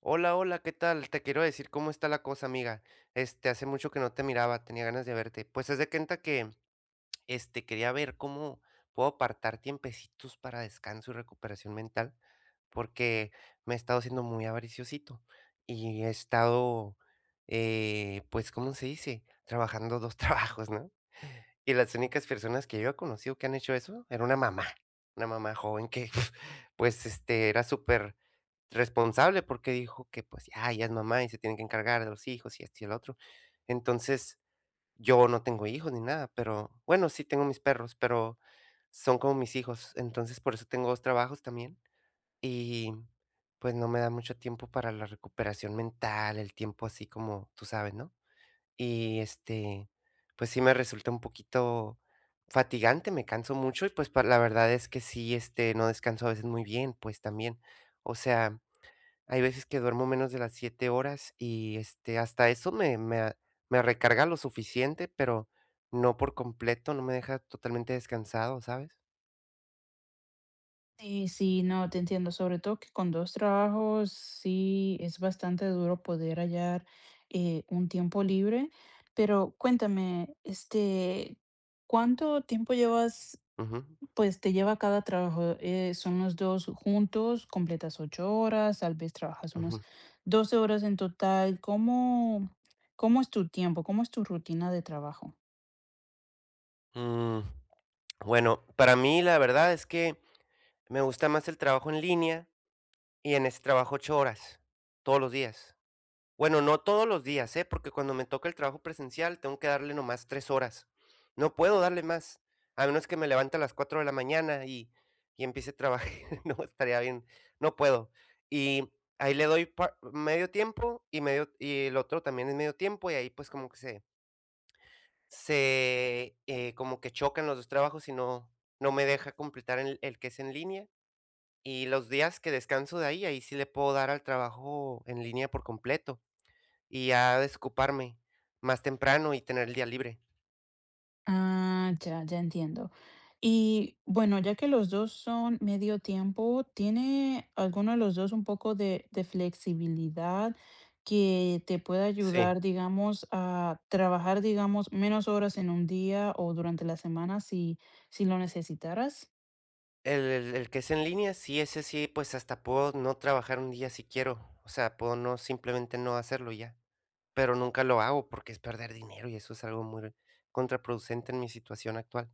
Hola, hola, ¿qué tal? Te quiero decir cómo está la cosa, amiga. Este, hace mucho que no te miraba, tenía ganas de verte. Pues haz de cuenta que, este, quería ver cómo puedo apartar tiempecitos para descanso y recuperación mental, porque me he estado siendo muy avariciosito y he estado, pues, ¿cómo se dice? Trabajando dos trabajos, ¿no? Y las únicas personas que yo he conocido que han hecho eso era una mamá joven que, pues, este, era súper responsable, porque dijo que, pues, ya ya es mamá y se tiene que encargar de los hijos y esto y el otro. Entonces, yo no tengo hijos ni nada, pero bueno, sí tengo mis perros, pero son como mis hijos. Entonces, por eso tengo 2 trabajos también, y, pues, no me da mucho tiempo para la recuperación mental, el tiempo así como tú sabes, ¿no? Y, este, pues, sí me resulta un poquito fatigante, me canso mucho y, pues, pa la verdad es que sí, este, no descanso a veces muy bien, pues, también. O sea, hay veces que duermo menos de las 7 horas y, este, hasta eso me recarga lo suficiente, pero no por completo, no me deja totalmente descansado, ¿sabes? Sí, sí, no, te entiendo, sobre todo que con dos trabajos sí es bastante duro poder hallar un tiempo libre, pero cuéntame, este, ¿cuánto tiempo llevas, Ujú, pues te lleva cada trabajo? ¿Son los dos juntos, completas 8 horas, tal vez trabajas ujú. unas 12 horas en total? ¿Cómo es tu tiempo? ¿Cómo es tu rutina de trabajo? Mm, bueno, para mí, la verdad es que me gusta más el trabajo en línea y en ese trabajo 8 horas todos los días. Bueno, no todos los días, ¿eh? Porque cuando me toca el trabajo presencial tengo que darle nomás 3 horas. No puedo darle más, a menos que me levante a las 4 de la mañana y empiece a trabajar, no, estaría bien, no puedo. Y ahí le doy par medio tiempo y medio y el otro también es medio tiempo, y ahí, pues, como que como que chocan los 2 trabajos y no no me deja completar el que es en línea. Y los días que descanso de ahí, ahí sí le puedo dar al trabajo en línea por completo y ya desocuparme más temprano y tener el día libre. Ah, ya, ya entiendo. Y bueno, ya que los 2 son medio tiempo, ¿tiene alguno de los 2 un poco de flexibilidad que te pueda Sí. ayudar, digamos, a trabajar, digamos, menos horas en un día o durante la semana si lo necesitaras? El que es en línea, sí, ese sí, pues, hasta puedo no trabajar un día si quiero, o sea, puedo no simplemente no hacerlo y ya, pero nunca lo hago porque es perder dinero y eso es algo muy contraproducente en mi situación actual.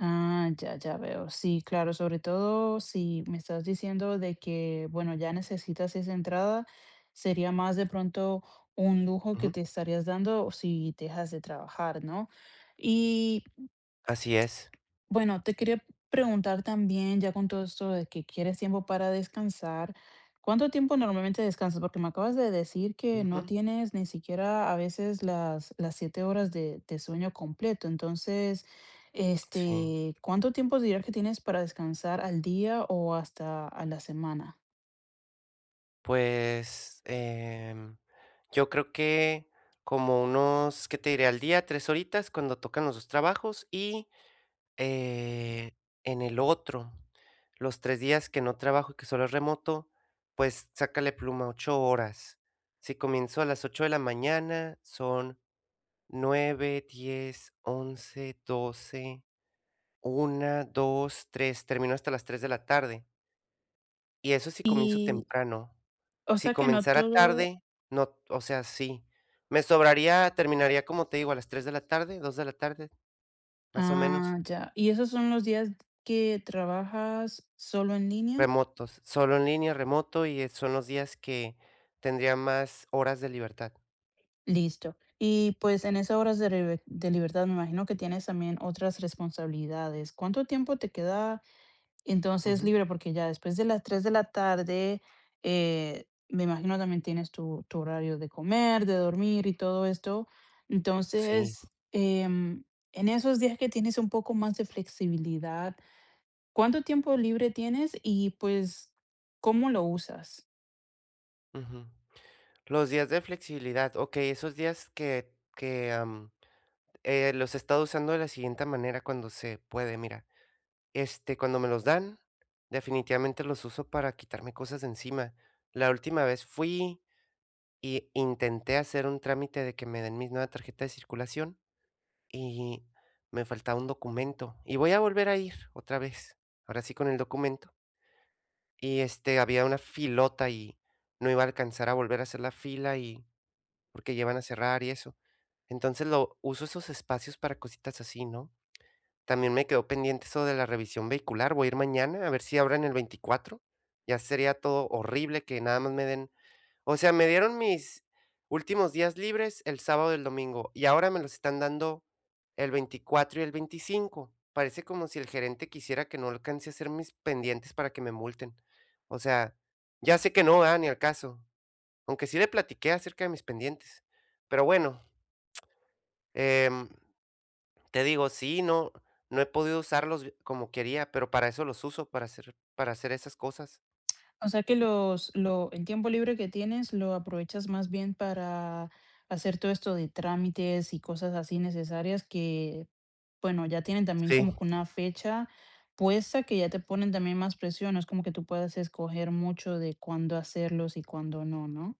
Ah, ya, ya veo. Sí, claro, sobre todo si me estás diciendo de que, bueno, ya necesitas esa entrada, sería más de pronto un lujo que Ujú. te estarías dando si dejas de trabajar, ¿no? Y Así es. bueno, te quería preguntar también, ya con todo esto de que quieres tiempo para descansar, ¿cuánto tiempo normalmente descansas? Porque me acabas de decir que no Ujú. tienes ni siquiera a veces las 7 horas de sueño completo. Entonces, Sí. este, ¿cuánto tiempo dirías que tienes para descansar al día o hasta a la semana? Pues, yo creo que como unos, ¿qué te diré? Al día, 3 horitas cuando tocan los 2 trabajos y, eh, en el otro, los 3 días que no trabajo y que solo es remoto, pues, sácale pluma, 8 horas. Si comienzo a las 8 de la mañana, son nueve, diez, once, doce, una, dos, tres. Termino hasta las 3 de la tarde, y eso si comienzo Y, temprano. o Si sea que no comenzara todo, tarde, no, o sea, sí, me sobraría, terminaría, como te digo, a las 3 de la tarde, 2 de la tarde, más o menos. ah, ya. ¿Y esos son los días que trabajas solo en línea? Remotos, solo en línea, remoto, y, son los días que tendría más horas de libertad. Listo. Y pues en esas horas de, de libertad me imagino que tienes también otras responsabilidades. ¿Cuánto tiempo te queda entonces Ujú. libre? Porque ya después de las 3 de la tarde, me imagino también tienes tu, tu horario de comer, de dormir y todo esto. Sí, Entonces, en esos días que tienes un poco más de flexibilidad, ¿cuánto tiempo libre tienes y pues cómo lo usas? ujú. Los días de flexibilidad, okey, esos días que los he estado usando de la siguiente manera cuando se puede, mira, este, cuando me los dan, definitivamente los uso para quitarme cosas de encima. La última vez fui y intenté hacer un trámite de que me den mi nueva tarjeta de circulación. Y me faltaba un documento. Y voy a volver a ir otra vez, ahora sí con el documento. Y, este, había una filota y no iba a alcanzar a volver a hacer la fila y porque ya iban a cerrar y eso. Entonces, lo uso esos espacios para cositas así, ¿no? También me quedó pendiente eso de la revisión vehicular. Voy a ir mañana a ver si abren el 24. Ya sería todo horrible que nada más me den, o sea, me dieron mis últimos días libres el sábado y el domingo, y ahora me los están dando el 24 y el 25. Parece como si el gerente quisiera que no alcance a hacer mis pendientes para que me multen. O sea, ya sé que no va ni al caso, aunque sí le platiqué acerca de mis pendientes. Pero bueno, em, te digo, sí, no, no he podido usarlos como quería, pero para eso los uso, para hacer esas cosas. O sea que los, lo, el tiempo libre que tienes lo aprovechas más bien para hacer todo esto de trámites y cosas así necesarias que, bueno, ya tienen también Sí. como que una fecha puesta que ya te ponen también más presión. No es como que tú puedas escoger mucho de cuándo hacerlos y cuándo no, ¿no?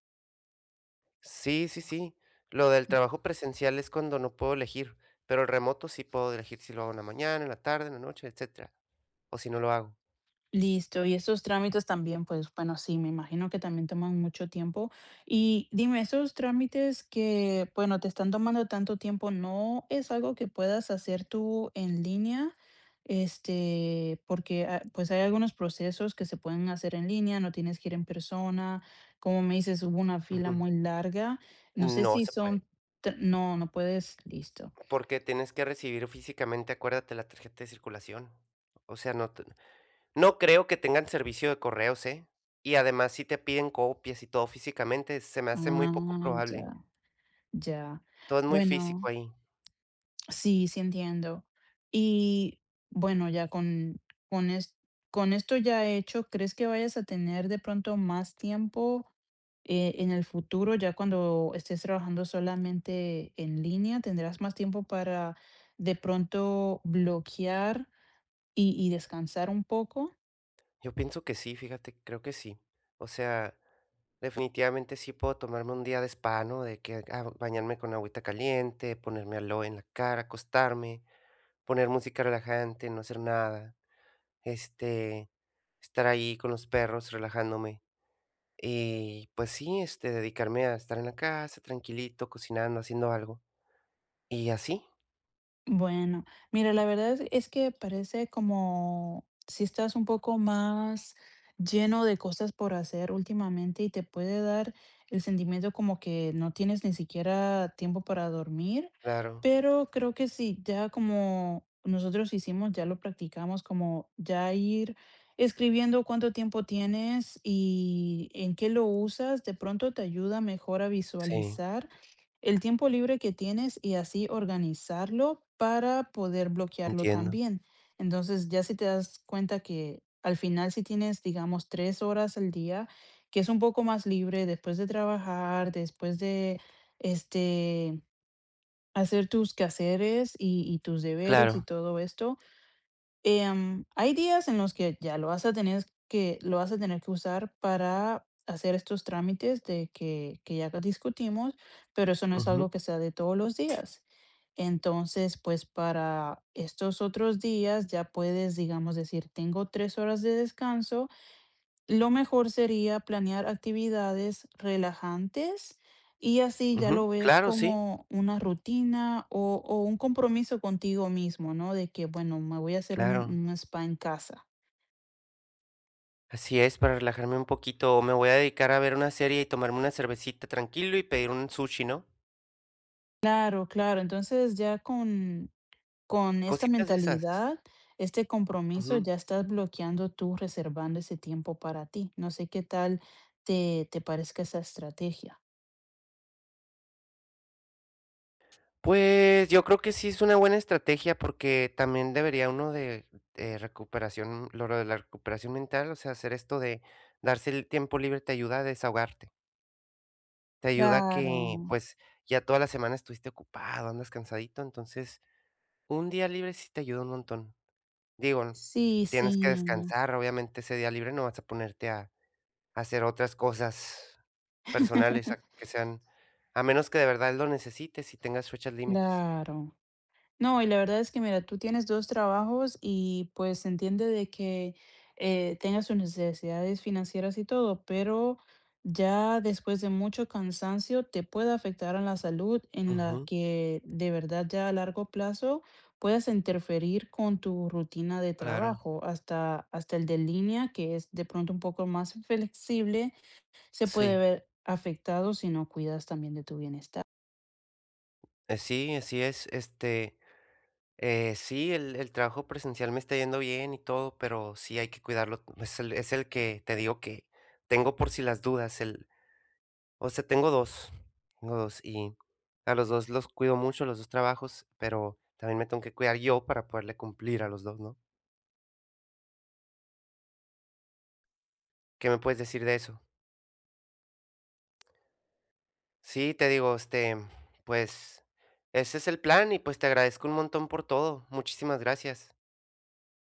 Sí, sí, sí. Lo del trabajo presencial es cuando no puedo elegir, pero el remoto sí puedo elegir si lo hago en la mañana, en la tarde, en la noche, etcétera, o si no lo hago. Listo, y esos trámites también, pues bueno, sí, me imagino que también toman mucho tiempo. Y dime, esos trámites que, bueno, te están tomando tanto tiempo, ¿no es algo que puedas hacer tú en línea? Este, porque ah, pues hay algunos procesos que se pueden hacer en línea, no tienes que ir en persona. Como me dices, hubo una fila Ujú. muy larga. No sé No si se puede, son, no, no puedes, listo. porque tienes que recibir físicamente, acuérdate, la tarjeta de circulación. O sea, no te, no creo que tengan servicio de correos, ¿eh? Y además, si te piden copias y todo físicamente, se me hace muy poco Ah, probable. ya, ya. Todo es muy físico Bueno. ahí. Sí, sí entiendo. Y bueno, ya con, es- con esto ya hecho, ¿crees que vayas a tener de pronto más tiempo en el futuro, ya cuando estés trabajando solamente en línea, tendrás más tiempo para de pronto bloquear y descansar un poco? Yo pienso que sí, fíjate, creo que sí. O sea, definitivamente sí puedo tomarme un día de spa, ¿no? De que ah, bañarme con agüita caliente, ponerme aloe en la cara, acostarme, poner música relajante, no hacer nada, este, estar ahí con los perros relajándome. Y pues sí, este, dedicarme a estar en la casa, tranquilito, cocinando, haciendo algo. Y así, Bueno, mira, la verdad es que parece como si estás un poco más lleno de cosas por hacer últimamente y te puede dar el sentimiento como que no tienes ni siquiera tiempo para dormir, claro, pero creo que sí, ya como nosotros hicimos, ya lo practicamos, como ya ir escribiendo cuánto tiempo tienes y en qué lo usas, de pronto te ayuda mejor a sí, visualizar el tiempo libre que tienes y así organizarlo para poder bloquearlo entiendo. también. Entonces, ya si te das cuenta que al final si tienes, digamos, 3 horas al día, que es un poco más libre después de trabajar, después de este, hacer tus quehaceres y tus deberes y Claro, todo esto, Em, hay días en los que ya lo vas a tener que, lo vas a tener que usar para hacer estos trámites de que ya discutimos, pero eso no es ujú, algo que sea de todos los días. Entonces, pues para estos otros días ya puedes, digamos, decir, tengo 3 horas de descanso, lo mejor sería planear actividades relajantes y así ya ujú, lo ves claro, sí, como una rutina o un compromiso contigo mismo, ¿no? De que, bueno, me voy a hacer un, claro. un spa en casa. Así es, para relajarme un poquito, o me voy a dedicar a ver una serie y tomarme una cervecita tranquilo y pedir un sushi, ¿no? Claro, claro. Entonces ya con esta Cositas de esas. mentalidad, este compromiso, Ujú. ya estás bloqueando tú, reservando ese tiempo para ti. No sé qué tal te parezca esa estrategia. Pues, yo creo que sí es una buena estrategia, porque también debería uno de recuperación, lo de la recuperación mental, o sea, hacer esto de darse el tiempo libre te ayuda a desahogarte. Te ayuda a que, Claro, pues, ya toda la semana estuviste ocupado, andas cansadito, entonces, un día libre sí te ayuda un montón. Digo, sí, tienes que sí, descansar, obviamente, ese día libre no vas a ponerte a hacer otras cosas personales a que sean, a menos que de verdad lo necesites y tengas fechas límites. claro. No, y la verdad es que mira, tú tienes 2 trabajos y, pues, se entiende de que, tengas sus necesidades financieras y todo, pero ya después de mucho cansancio te puede afectar a la salud en la Ujú, que de verdad ya a largo plazo puedas interferir con tu rutina de claro. trabajo, hasta el de línea, que es de pronto un poco más flexible, se puede Sí, ver afectado si no cuidas también de tu bienestar. Sí, así es, este, sí, el trabajo presencial me está yendo bien y todo, pero sí hay que cuidarlo. Es el que te digo que tengo por si las dudas, el o sea, tengo dos, y a los 2 los cuido mucho, los dos trabajos, pero también me tengo que cuidar yo para poderle cumplir a los dos, ¿no? ¿Qué me puedes decir de eso? Sí, te digo, este, pues, ese es el plan y pues te agradezco un montón por todo. Muchísimas gracias.